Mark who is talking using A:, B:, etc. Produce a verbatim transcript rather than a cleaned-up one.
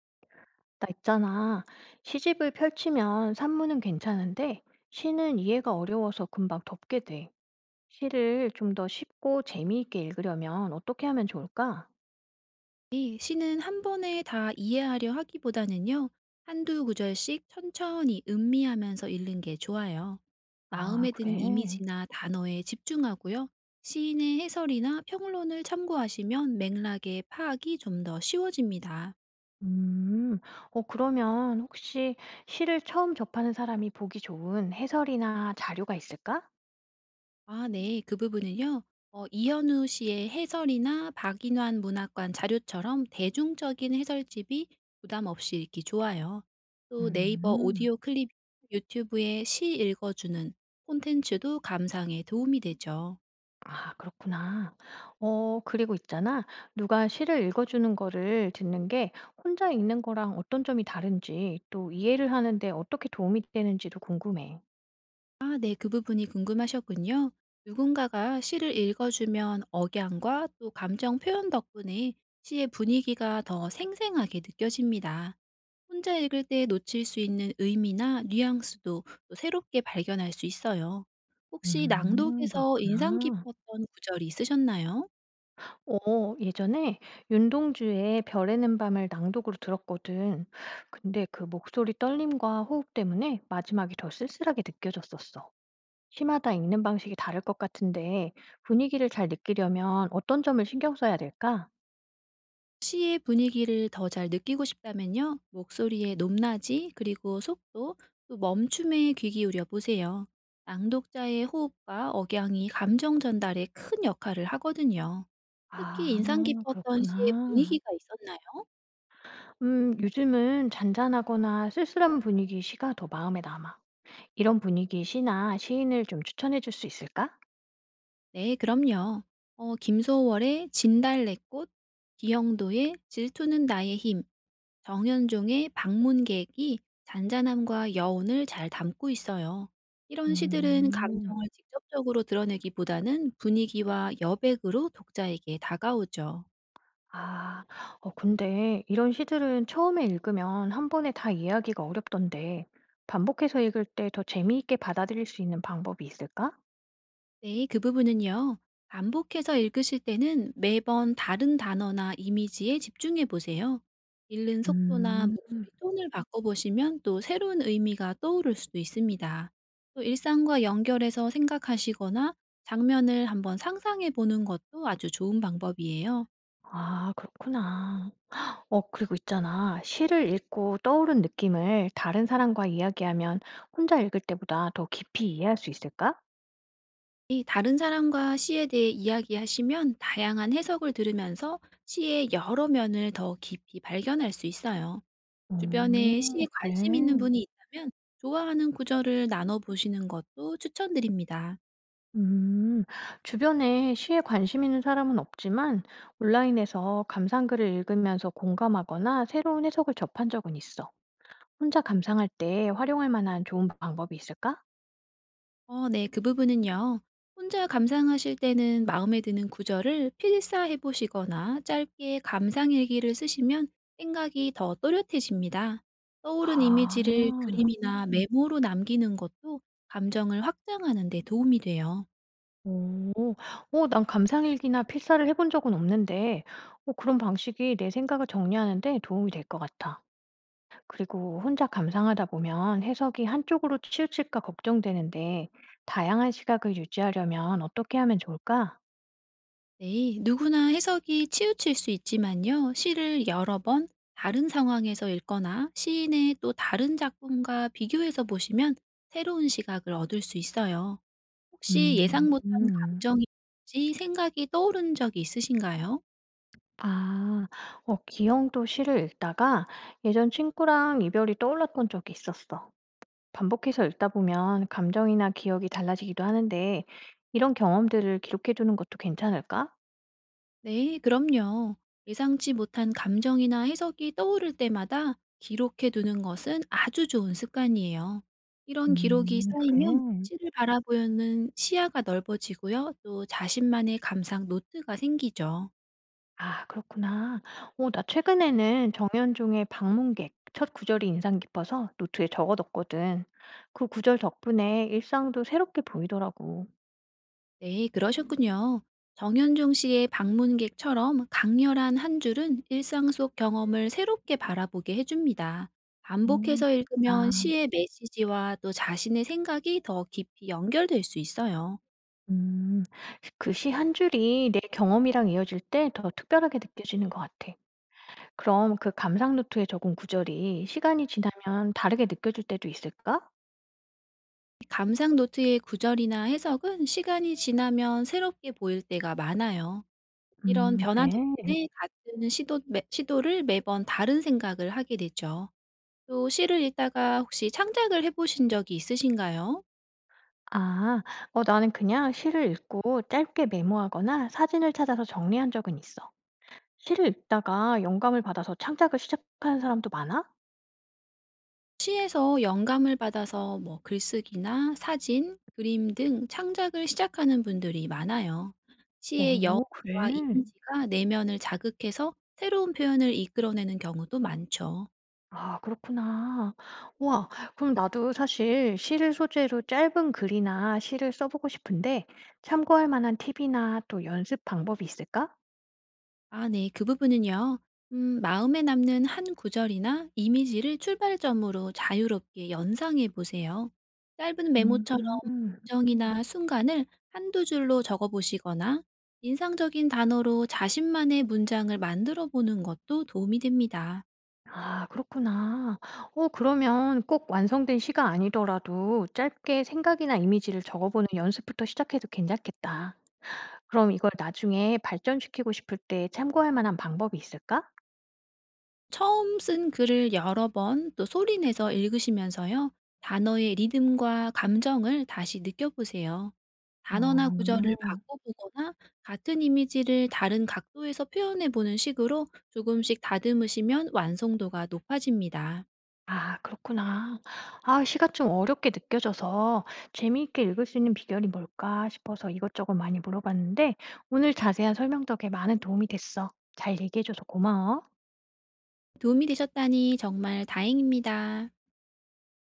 A: 나 있잖아. 시집을 펼치면 산문은 괜찮은데 시는 이해가 어려워서 금방 덮게 돼. 시를 좀 더 쉽고 재미있게 읽으려면 어떻게 하면 좋을까?
B: 이 시는 한 번에 다 이해하려 하기보다는요. 한두 구절씩 천천히 음미하면서 읽는 게 좋아요.
A: 아,
B: 마음에 드는
A: 그래.
B: 이미지나 단어에 집중하고요. 시인의 해설이나 평론을 참고하시면 맥락의 파악이 좀 더 쉬워집니다.
A: 음, 어, 그러면 혹시 시를 처음 접하는 사람이 보기 좋은 해설이나 자료가 있을까?
B: 아 네. 그 부분은요. 어 이현우 씨의 해설이나 박인환 문학관 자료처럼 대중적인 해설집이 부담 없이 읽기 좋아요. 또 네이버
A: 음.
B: 오디오 클립, 유튜브에 시 읽어주는 콘텐츠도 감상에 도움이 되죠.
A: 아 그렇구나. 어 그리고 있잖아. 누가 시를 읽어 주는 거를 듣는 게 혼자 읽는 거랑 어떤 점이 다른지 또 이해를 하는데 어떻게 도움이 되는지도 궁금해.
B: 아 네. 그 부분이 궁금하셨군요. 누군가가 시를 읽어주면 억양과 또 감정 표현 덕분에 시의 분위기가 더 생생하게 느껴집니다. 혼자 읽을 때 놓칠 수 있는 의미나 뉘앙스도 또 새롭게 발견할 수 있어요. 혹시
A: 음
B: 낭독에서 인상
A: 그렇구나.
B: 깊었던 구절이 있으셨나요?
A: 어 예전에 윤동주의 별에는 밤을 낭독으로 들었거든. 근데 그 목소리 떨림과 호흡 때문에 마지막이 더 쓸쓸하게 느껴졌었어. 시마다 읽는 방식이 다를 것 같은데 분위기를 잘 느끼려면 어떤 점을 신경 써야 될까?
B: 시의 분위기를 더 잘 느끼고 싶다면요. 목소리의 높낮이, 그리고 속도, 또 멈춤에 귀 기울여 보세요. 낭독자의 호흡과 억양이 감정 전달에 큰 역할을 하거든요. 특히
A: 아
B: 인상 깊었던 시의
A: 그렇구나.
B: 분위기가 있었나요?
A: 음 요즘은 잔잔하거나 쓸쓸한 분위기 시가 더 마음에 남아. 이런 분위기 시나 시인을 좀 추천해 줄 수 있을까?
B: 네, 그럼요. 어, 김소월의 진달래꽃, 기영도의 질투는 나의 힘, 정현종의 방문객이 잔잔함과 여운을 잘 담고 있어요. 이런 시들은
A: 음.
B: 감정을 직접적으로 드러내기보다는 분위기와 여백으로 독자에게 다가오죠.
A: 아. 어 근데 이런 시들은 처음에 읽으면 한 번에 다 이해하기가 어렵던데 반복해서 읽을 때 더 재미있게 받아들일 수 있는 방법이 있을까?
B: 네, 그 부분은요. 반복해서 읽으실 때는 매번 다른 단어나 이미지에 집중해 보세요. 읽는 속도나
A: 음.
B: 목소리 톤을 바꿔보시면 또 새로운 의미가 떠오를 수도 있습니다. 또 일상과 연결해서 생각하시거나 장면을 한번 상상해 보는 것도 아주 좋은 방법이에요.
A: 아 그렇구나. 어, 그리고 있잖아. 시를 읽고 떠오른 느낌을 다른 사람과 이야기하면 혼자 읽을 때보다 더 깊이 이해할 수 있을까?
B: 이 다른 사람과 시에 대해 이야기하시면 다양한 해석을 들으면서 시의 여러 면을 더 깊이 발견할 수 있어요.
A: 오,
B: 주변에 시에 관심 있는
A: 그래.
B: 분이 있다면 좋아하는 구절을 나눠 보시는 것도 추천드립니다.
A: 음, 주변에 시에 관심 있는 사람은 없지만 온라인에서 감상글을 읽으면서 공감하거나 새로운 해석을 접한 적은 있어. 혼자 감상할 때 활용할 만한 좋은 방법이 있을까?
B: 어 네. 그 부분은요. 혼자 감상하실 때는 마음에 드는 구절을 필사해 보시거나 짧게 감상일기를 쓰시면 생각이 더 또렷해집니다. 떠오른 이미지를
A: 아.
B: 그림이나 음. 메모로 남기는 것도 감정을 확장하는 데 도움이 돼요.
A: 오. 오, 난 감상일기나 필사를 해본 적은 없는데 어 그런 방식이 내 생각을 정리하는 데 도움이 될 것 같아. 그리고 혼자 감상하다 보면 해석이 한쪽으로 치우칠까 걱정되는데 다양한 시각을 유지하려면 어떻게 하면 좋을까?
B: 네, 누구나 해석이 치우칠 수 있지만요. 시를 여러 번 다른 상황에서 읽거나 시인의 또 다른 작품과 비교해서 보시면 새로운 시각을 얻을 수 있어요. 혹시
A: 음.
B: 예상 못한
A: 음.
B: 감정이든지 생각이 떠오른 적이 있으신가요?
A: 아. 어 기영도 시를 읽다가 예전 친구랑 이별이 떠올랐던 적이 있었어. 반복해서 읽다 보면 감정이나 기억이 달라지기도 하는데 이런 경험들을 기록해 두는 것도 괜찮을까?
B: 네, 그럼요. 예상치 못한 감정이나 해석이 떠오를 때마다 기록해 두는 것은 아주 좋은 습관이에요. 이런 기록이
A: 음
B: 쌓이면
A: 그래?
B: 시를 바라보는 시야가 넓어지고요. 또 자신만의 감상 노트가 생기죠.
A: 아 그렇구나. 어 나 최근에는 정현종의 방문객 첫 구절이 인상 깊어서 노트에 적어뒀거든. 그 구절 덕분에 일상도 새롭게 보이더라고.
B: 네, 그러셨군요. 정현종 씨의 방문객처럼 강렬한 한 줄은 일상 속 경험을 새롭게 바라보게 해줍니다.
A: 음.
B: 반복해서 읽으면
A: 아.
B: 시의 메시지와 또 자신의 생각이 더 깊이 연결될 수 있어요.
A: 음. 그 시 한 줄이 내 경험이랑 이어질 때 더 특별하게 느껴지는 것 같아. 그럼 그 감상 노트에 적은 구절이 시간이 지나면 다르게 느껴질 때도 있을까?
B: 감상 노트의 구절이나 해석은 시간이 지나면 새롭게 보일 때가 많아요. 이런
A: 음 그래.
B: 변화 덕분에 같은 시도, 매, 시도를 매번 다른 생각을 하게 되죠. 또 시를 읽다가 혹시 창작을 해보신 적이 있으신가요?
A: 아, 어, 나는 그냥 시를 읽고 짧게 메모하거나 사진을 찾아서 정리한 적은 있어. 시를 읽다가 영감을 받아서 창작을 시작하는 사람도 많아?
B: 시에서 영감을 받아서 뭐 글쓰기나 사진, 그림 등 창작을 시작하는 분들이 많아요. 시의 여와
A: 오, 그래.
B: 이미지가 내면을 자극해서 새로운 표현을 이끌어내는 경우도 많죠.
A: 아, 그렇구나. 와, 그럼 나도 사실 시를 소재로 짧은 글이나 시를 써보고 싶은데 참고할 만한 팁이나 또 연습 방법이 있을까?
B: 아 네. 그 부분은요. 음 마음에 남는 한 구절이나 이미지를 출발점으로 자유롭게 연상해 보세요. 짧은 메모처럼
A: 음.
B: 감정이나 순간을 한두 줄로 적어 보시거나 인상적인 단어로 자신만의 문장을 만들어 보는 것도 도움이 됩니다.
A: 아 그렇구나. 어 그러면 꼭 완성된 시가 아니더라도 짧게 생각이나 이미지를 적어보는 연습부터 시작해도 괜찮겠다. 그럼 이걸 나중에 발전시키고 싶을 때 참고할 만한 방법이 있을까?
B: 처음 쓴 글을 여러 번 또 소리 내서 읽으시면서요. 단어의 리듬과 감정을 다시 느껴보세요. 단어나 구절을
A: 음,
B: 바꿔보거나 같은 이미지를 다른 각도에서 표현해보는 식으로 조금씩 다듬으시면 완성도가 높아집니다.
A: 아 그렇구나. 아 시가 좀 어렵게 느껴져서 재미있게 읽을 수 있는 비결이 뭘까 싶어서 이것저것 많이 물어봤는데 오늘 자세한 설명 덕에 많은 도움이 됐어. 잘 얘기해 줘서 고마워.
B: 도움이 되셨다니 정말 다행입니다.